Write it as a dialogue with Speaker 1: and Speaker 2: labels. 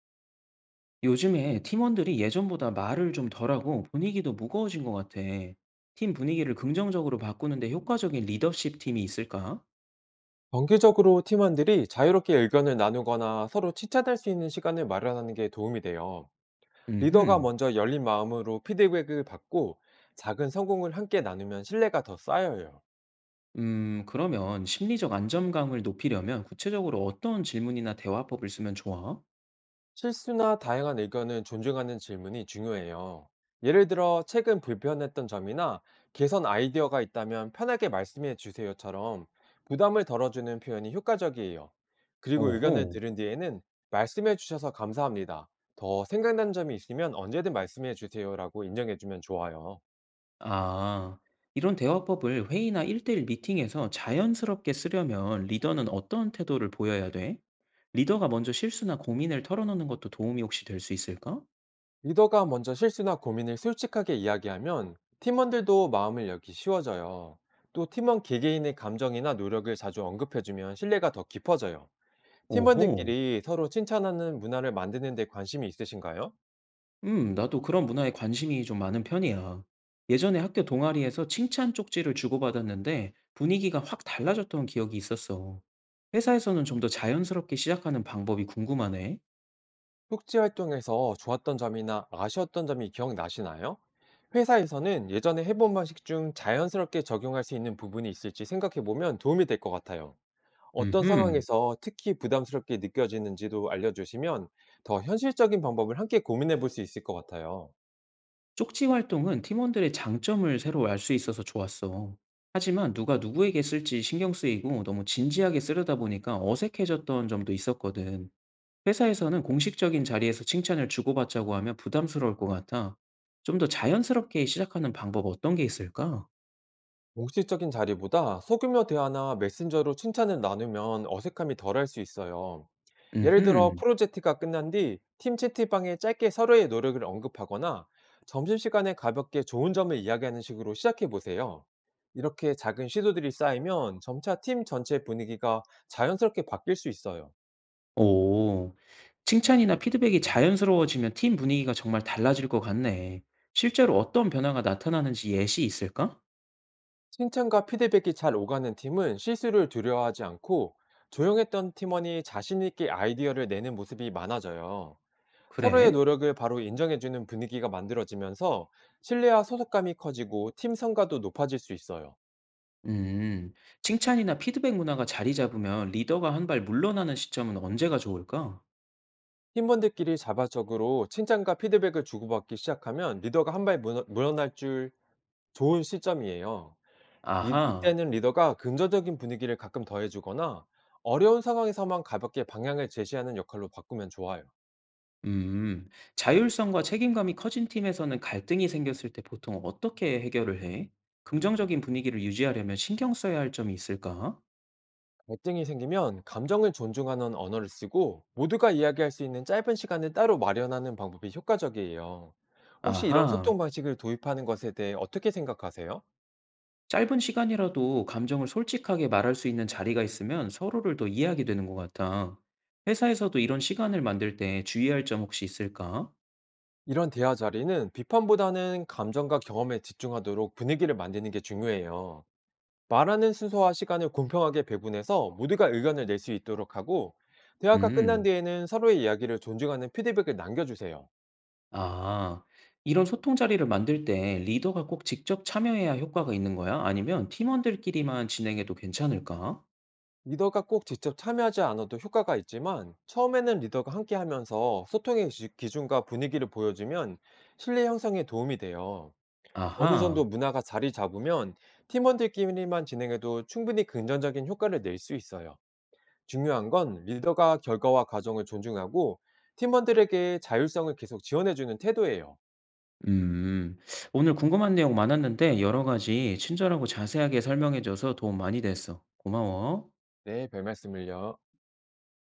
Speaker 1: 요즘에 팀원들이 예전보다 말을 좀 덜하고 분위기도 무거워진 것 같아. 팀 분위기를 긍정적으로 바꾸는데 효과적인 리더십 팀이 있을까?
Speaker 2: 정기적으로 팀원들이 자유롭게 의견을 나누거나 서로 칭찬할 수 있는 시간을 마련하는 게 도움이 돼요. 리더가
Speaker 1: 음흠.
Speaker 2: 먼저 열린 마음으로 피드백을 받고, 작은 성공을 함께 나누면 신뢰가 더 쌓여요.
Speaker 1: 그러면 심리적 안정감을 높이려면 구체적으로 어떤 질문이나 대화법을 쓰면 좋아?
Speaker 2: 실수나 다양한 의견을 존중하는 질문이 중요해요. 예를 들어, 최근 불편했던 점이나 개선 아이디어가 있다면 편하게 말씀해 주세요처럼 부담을 덜어주는 표현이 효과적이에요. 그리고 의견을
Speaker 1: 오호.
Speaker 2: 들은 뒤에는 말씀해 주셔서 감사합니다, 더 생각난 점이 있으면 언제든 말씀해 주세요라고 인정해 주면 좋아요.
Speaker 1: 아, 이런 대화법을 회의나 1대1 미팅에서 자연스럽게 쓰려면 리더는 어떤 태도를 보여야 돼? 리더가 먼저 실수나 고민을 털어놓는 것도 도움이 혹시 될 수 있을까?
Speaker 2: 리더가 먼저 실수나 고민을 솔직하게 이야기하면 팀원들도 마음을 열기 쉬워져요. 또 팀원 개개인의 감정이나 노력을 자주 언급해주면 신뢰가 더 깊어져요.
Speaker 1: 오호.
Speaker 2: 팀원들끼리 서로 칭찬하는 문화를 만드는 데 관심이 있으신가요?
Speaker 1: 나도 그런 문화에 관심이 좀 많은 편이야. 예전에 학교 동아리에서 칭찬 쪽지를 주고받았는데 분위기가 확 달라졌던 기억이 있었어. 회사에서는 좀 더 자연스럽게 시작하는 방법이 궁금하네.
Speaker 2: 쪽지 활동에서 좋았던 점이나 아쉬웠던 점이 기억나시나요? 회사에서는 예전에 해본 방식 중 자연스럽게 적용할 수 있는 부분이 있을지 생각해보면 도움이 될 것 같아요. 어떤
Speaker 1: 음,
Speaker 2: 상황에서 특히 부담스럽게 느껴지는지도 알려주시면, 더 현실적인 방법을 함께 고민해 볼 수 있을 것 같아요.
Speaker 1: 쪽지 활동은 팀원들의 장점을 새로 알 수 있어서 좋았어. 하지만 누가 누구에게 쓸지 신경 쓰이고 너무 진지하게 쓰려다 보니까 어색해졌던 점도 있었거든. 회사에서는 공식적인 자리에서 칭찬을 주고받자고 하면 부담스러울 것 같아. 좀 더 자연스럽게 시작하는 방법 어떤 게 있을까?
Speaker 2: 공식적인 자리보다 소규모 대화나 메신저로 칭찬을 나누면 어색함이 덜할 수 있어요. 예를 들어
Speaker 1: 음흠.
Speaker 2: 프로젝트가 끝난 뒤 팀 채팅방에 짧게 서로의 노력을 언급하거나, 점심시간에 가볍게 좋은 점을 이야기하는 식으로 시작해 보세요. 이렇게 작은 시도들이 쌓이면 점차 팀 전체 분위기가 자연스럽게 바뀔 수 있어요.
Speaker 1: 오. 칭찬이나 피드백이 자연스러워지면 팀 분위기가 정말 달라질 것 같네. 실제로 어떤 변화가 나타나는지 예시 있을까?
Speaker 2: 칭찬과 피드백이 잘 오가는 팀은 실수를 두려워하지 않고, 조용했던 팀원이 자신있게 아이디어를 내는 모습이 많아져요. 서로의
Speaker 1: 그래?
Speaker 2: 노력을 바로 인정해주는 분위기가 만들어지면서 신뢰와 소속감이 커지고, 팀 성과도 높아질 수 있어요.
Speaker 1: 음. 칭찬이나 피드백 문화가 자리 잡으면 리더가 한 발 물러나는 시점은 언제가 좋을까?
Speaker 2: 팀원들끼리 자발적으로 칭찬과 피드백을 주고받기 시작하면 리더가 한 발 물러날 줄 좋은 시점이에요.
Speaker 1: 아하.
Speaker 2: 이때는 리더가 긍정적인 분위기를 가끔 더해주거나, 어려운 상황에서만 가볍게 방향을 제시하는 역할로 바꾸면 좋아요.
Speaker 1: 음, 자율성과 책임감이 커진 팀에서는 갈등이 생겼을 때 보통 어떻게 해결을 해? 긍정적인 분위기를 유지하려면 신경 써야 할 점이 있을까?
Speaker 2: 갈등이 생기면 감정을 존중하는 언어를 쓰고, 모두가 이야기할 수 있는 짧은 시간을 따로 마련하는 방법이 효과적이에요. 혹시 이런
Speaker 1: 아하,
Speaker 2: 소통 방식을 도입하는 것에 대해 어떻게 생각하세요?
Speaker 1: 짧은 시간이라도 감정을 솔직하게 말할 수 있는 자리가 있으면 서로를 더 이해하게 되는 것 같아. 회사에서도 이런 시간을 만들 때 주의할 점 혹시 있을까?
Speaker 2: 이런 대화 자리는 비판보다는 감정과 경험에 집중하도록 분위기를 만드는 게 중요해요. 말하는 순서와 시간을 공평하게 배분해서 모두가 의견을 낼 수 있도록 하고, 대화가 끝난
Speaker 1: 음,
Speaker 2: 뒤에는 서로의 이야기를 존중하는 피드백을 남겨주세요.
Speaker 1: 아, 이런 소통 자리를 만들 때 리더가 꼭 직접 참여해야 효과가 있는 거야? 아니면 팀원들끼리만 진행해도 괜찮을까?
Speaker 2: 리더가 꼭 직접 참여하지 않아도 효과가 있지만, 처음에는 리더가 함께 하면서 소통의 기준과 분위기를 보여주면 신뢰 형성에 도움이 돼요. 어느 정도
Speaker 1: 아하.
Speaker 2: 문화가 자리 잡으면 팀원들끼리만 진행해도 충분히 긍정적인 효과를 낼 수 있어요. 중요한 건 리더가 결과와 과정을 존중하고, 팀원들에게 자율성을 계속 지원해주는 태도예요.
Speaker 1: 음. 오늘 궁금한 내용 많았는데 여러 가지 친절하고 자세하게 설명해 줘서 도움 많이 됐어. 고마워.
Speaker 2: 네, 별 말씀을요.